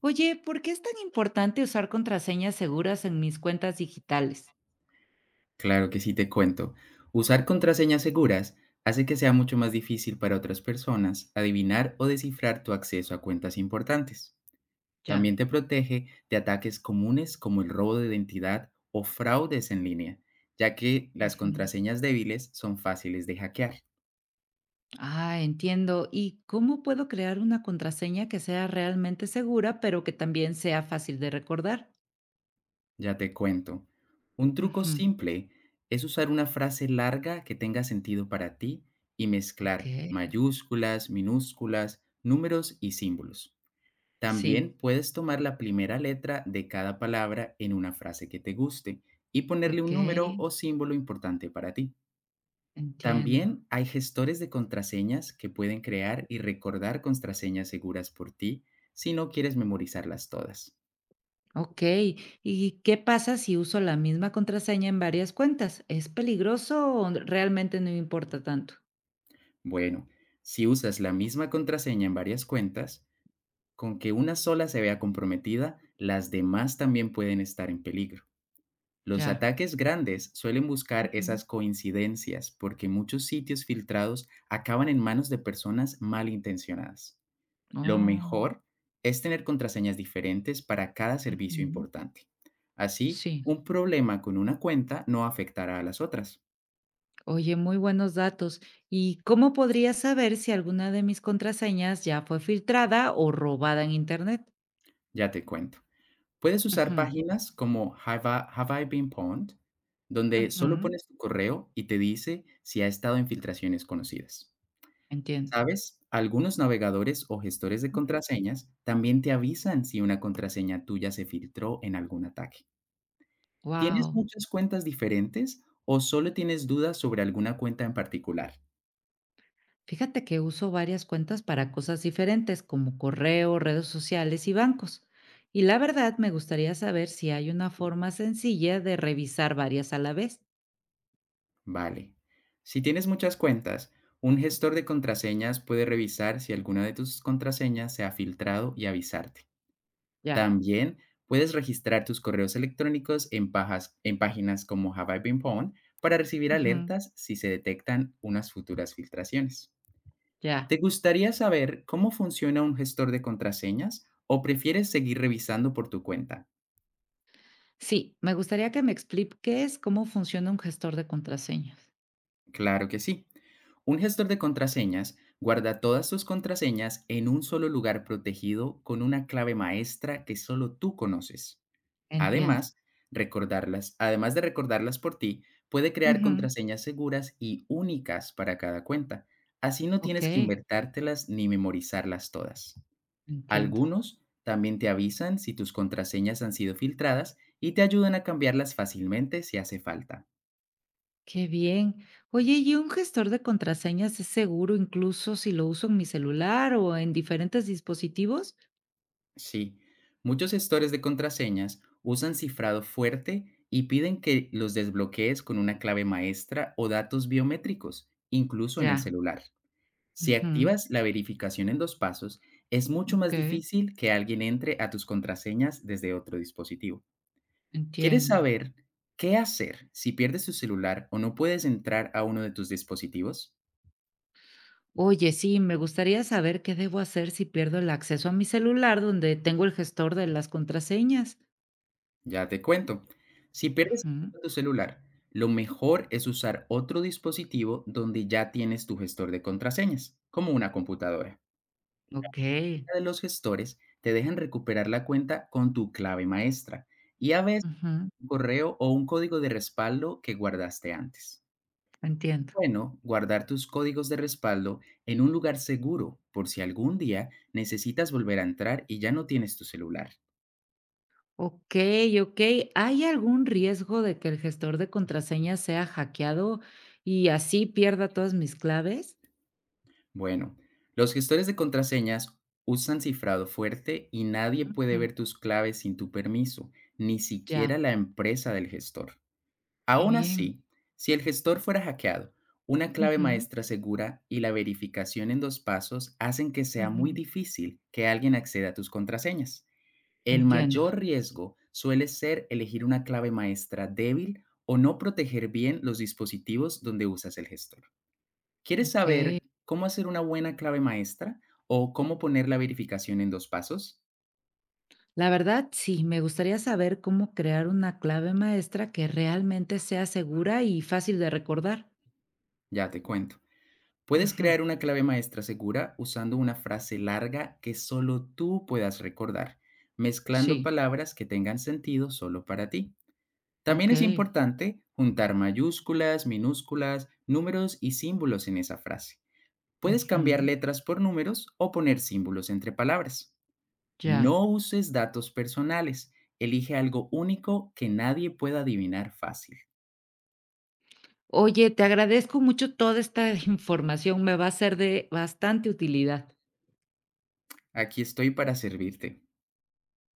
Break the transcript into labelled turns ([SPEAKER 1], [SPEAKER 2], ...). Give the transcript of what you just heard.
[SPEAKER 1] Oye, ¿por qué es tan importante usar contraseñas seguras en mis cuentas digitales?
[SPEAKER 2] Claro que sí te cuento. Usar contraseñas seguras hace que sea mucho más difícil para otras personas adivinar o descifrar tu acceso a cuentas importantes.
[SPEAKER 1] Ya.
[SPEAKER 2] También te protege de ataques comunes como el robo de identidad o fraudes en línea, ya que las
[SPEAKER 1] Ujú.
[SPEAKER 2] contraseñas débiles son fáciles de hackear.
[SPEAKER 1] Ah, entiendo. ¿Y cómo puedo crear una contraseña que sea realmente segura, pero que también sea fácil de recordar?
[SPEAKER 2] Ya te cuento. Un truco
[SPEAKER 1] Ujú.
[SPEAKER 2] simple es usar una frase larga que tenga sentido para ti y
[SPEAKER 1] Ok,
[SPEAKER 2] mezclar mayúsculas, minúsculas, números y símbolos.
[SPEAKER 1] sí,
[SPEAKER 2] También puedes tomar la primera letra de cada palabra en una frase que te guste y ponerle
[SPEAKER 1] ok,
[SPEAKER 2] un número o símbolo importante para ti.
[SPEAKER 1] entiendo.
[SPEAKER 2] También hay gestores de contraseñas que pueden crear y recordar contraseñas seguras por ti si no quieres memorizarlas todas.
[SPEAKER 1] Ok, ¿y qué pasa si uso la misma contraseña en varias cuentas? ¿Es peligroso o realmente no importa tanto?
[SPEAKER 2] Bueno, si usas la misma contraseña en varias cuentas, con que una sola se vea comprometida, las demás también pueden estar en peligro. Los
[SPEAKER 1] Ya.
[SPEAKER 2] ataques grandes suelen buscar
[SPEAKER 1] Ujú.
[SPEAKER 2] esas coincidencias porque muchos sitios filtrados acaban en manos de personas malintencionadas. Lo
[SPEAKER 1] Oh,
[SPEAKER 2] mejor es tener contraseñas diferentes para cada servicio
[SPEAKER 1] ujú.
[SPEAKER 2] importante. Así,
[SPEAKER 1] Sí.
[SPEAKER 2] un problema con una cuenta no afectará a las otras.
[SPEAKER 1] Oye, muy buenos datos. ¿Y cómo podría saber si alguna de mis contraseñas ya fue filtrada o robada en internet?
[SPEAKER 2] Ya te cuento. Puedes usar
[SPEAKER 1] Ujú,
[SPEAKER 2] páginas como Have I Been Pwned, donde solo
[SPEAKER 1] ujú,
[SPEAKER 2] pones tu correo y te dice si ha estado en filtraciones conocidas.
[SPEAKER 1] entiendo.
[SPEAKER 2] ¿Sabes? Algunos navegadores o gestores de contraseñas también te avisan si una contraseña tuya se filtró en algún ataque. ¿Tienes
[SPEAKER 1] Wow.
[SPEAKER 2] muchas cuentas diferentes o solo tienes dudas sobre alguna cuenta en particular?
[SPEAKER 1] Fíjate que uso varias cuentas para cosas diferentes, como correo, redes sociales y bancos. Y la verdad, me gustaría saber si hay una forma sencilla de revisar varias a la vez.
[SPEAKER 2] Vale. Si tienes muchas cuentas, un gestor de contraseñas puede revisar si alguna de tus contraseñas se ha filtrado y avisarte.
[SPEAKER 1] Ya.
[SPEAKER 2] También puedes registrar tus correos electrónicos en páginas como Have I Been Pwned para recibir
[SPEAKER 1] Ujú,
[SPEAKER 2] alertas si se detectan unas futuras filtraciones. ¿Te
[SPEAKER 1] ya.
[SPEAKER 2] gustaría saber cómo funciona un gestor de contraseñas o prefieres seguir revisando por tu cuenta?
[SPEAKER 1] Sí, me gustaría que me expliques cómo funciona un gestor de contraseñas.
[SPEAKER 2] Claro que sí. Un gestor de contraseñas guarda todas tus contraseñas en un solo lugar protegido con una clave maestra que solo tú conoces.
[SPEAKER 1] Entiendo.
[SPEAKER 2] Además, además de recordarlas por ti, puede crear contraseñas seguras y únicas para cada cuenta. Así no tienes que
[SPEAKER 1] Okey,
[SPEAKER 2] inventártelas ni memorizarlas todas.
[SPEAKER 1] entiendo.
[SPEAKER 2] Algunos también te avisan si tus contraseñas han sido filtradas y te ayudan a cambiarlas fácilmente si hace falta.
[SPEAKER 1] Qué bien. Oye, ¿y un gestor de contraseñas es seguro incluso si lo uso en mi celular o en diferentes dispositivos?
[SPEAKER 2] Sí, muchos gestores de contraseñas usan cifrado fuerte y piden que los desbloquees con una clave maestra o datos biométricos, incluso en el
[SPEAKER 1] Ya.
[SPEAKER 2] celular. Si
[SPEAKER 1] Ujú,
[SPEAKER 2] activas la verificación en 2 pasos, es mucho más
[SPEAKER 1] okey,
[SPEAKER 2] difícil que alguien entre a tus contraseñas desde otro dispositivo. ¿Quieres
[SPEAKER 1] entiendo.
[SPEAKER 2] saber qué hacer si pierdes tu celular o no puedes entrar a uno de tus dispositivos?
[SPEAKER 1] Oye, sí, me gustaría saber qué debo hacer si pierdo el acceso a mi celular donde tengo el gestor de las contraseñas.
[SPEAKER 2] Ya te cuento. Si pierdes
[SPEAKER 1] Ujú.
[SPEAKER 2] tu celular, lo mejor es usar otro dispositivo donde ya tienes tu gestor de contraseñas, como una computadora.
[SPEAKER 1] Okey.
[SPEAKER 2] De los gestores te dejan recuperar la cuenta con tu clave maestra y a veces
[SPEAKER 1] Ujú,
[SPEAKER 2] un correo o un código de respaldo que guardaste antes.
[SPEAKER 1] entiendo.
[SPEAKER 2] Bueno, guardar tus códigos de respaldo en un lugar seguro por si algún día necesitas volver a entrar y ya no tienes tu celular.
[SPEAKER 1] Okey, okey, ¿hay algún riesgo de que el gestor de contraseñas sea hackeado y así pierda todas mis claves?
[SPEAKER 2] Bueno, los gestores de contraseñas usan cifrado fuerte y nadie puede
[SPEAKER 1] Ujú.
[SPEAKER 2] ver tus claves sin tu permiso, ni
[SPEAKER 1] Ya,
[SPEAKER 2] siquiera la empresa del gestor.
[SPEAKER 1] qué
[SPEAKER 2] Aún
[SPEAKER 1] bien.
[SPEAKER 2] así, si el gestor fuera hackeado, una clave
[SPEAKER 1] Ujú.
[SPEAKER 2] maestra segura y la verificación en dos pasos hacen que sea muy
[SPEAKER 1] Ujú.
[SPEAKER 2] difícil que alguien acceda a tus contraseñas. El
[SPEAKER 1] Entiendo,
[SPEAKER 2] mayor riesgo suele ser elegir una clave maestra débil o no proteger bien los dispositivos donde usas el gestor. ¿Quieres
[SPEAKER 1] okey.
[SPEAKER 2] saber cómo hacer una buena clave maestra o cómo poner la verificación en dos pasos?
[SPEAKER 1] La verdad, sí, me gustaría saber cómo crear una clave maestra que realmente sea segura y fácil de recordar.
[SPEAKER 2] Ya te cuento. Puedes
[SPEAKER 1] Ujú.
[SPEAKER 2] crear una clave maestra segura usando una frase larga que solo tú puedas recordar, mezclando
[SPEAKER 1] Sí,
[SPEAKER 2] palabras que tengan sentido solo para ti. También es
[SPEAKER 1] okey.
[SPEAKER 2] importante juntar mayúsculas, minúsculas, números y símbolos en esa frase. Puedes cambiar
[SPEAKER 1] Ujú.
[SPEAKER 2] letras por números o poner símbolos entre palabras.
[SPEAKER 1] Ya.
[SPEAKER 2] No uses datos personales. Elige algo único que nadie pueda adivinar fácil.
[SPEAKER 1] Oye, te agradezco mucho toda esta información, me va a ser de bastante utilidad.
[SPEAKER 2] Aquí estoy para servirte.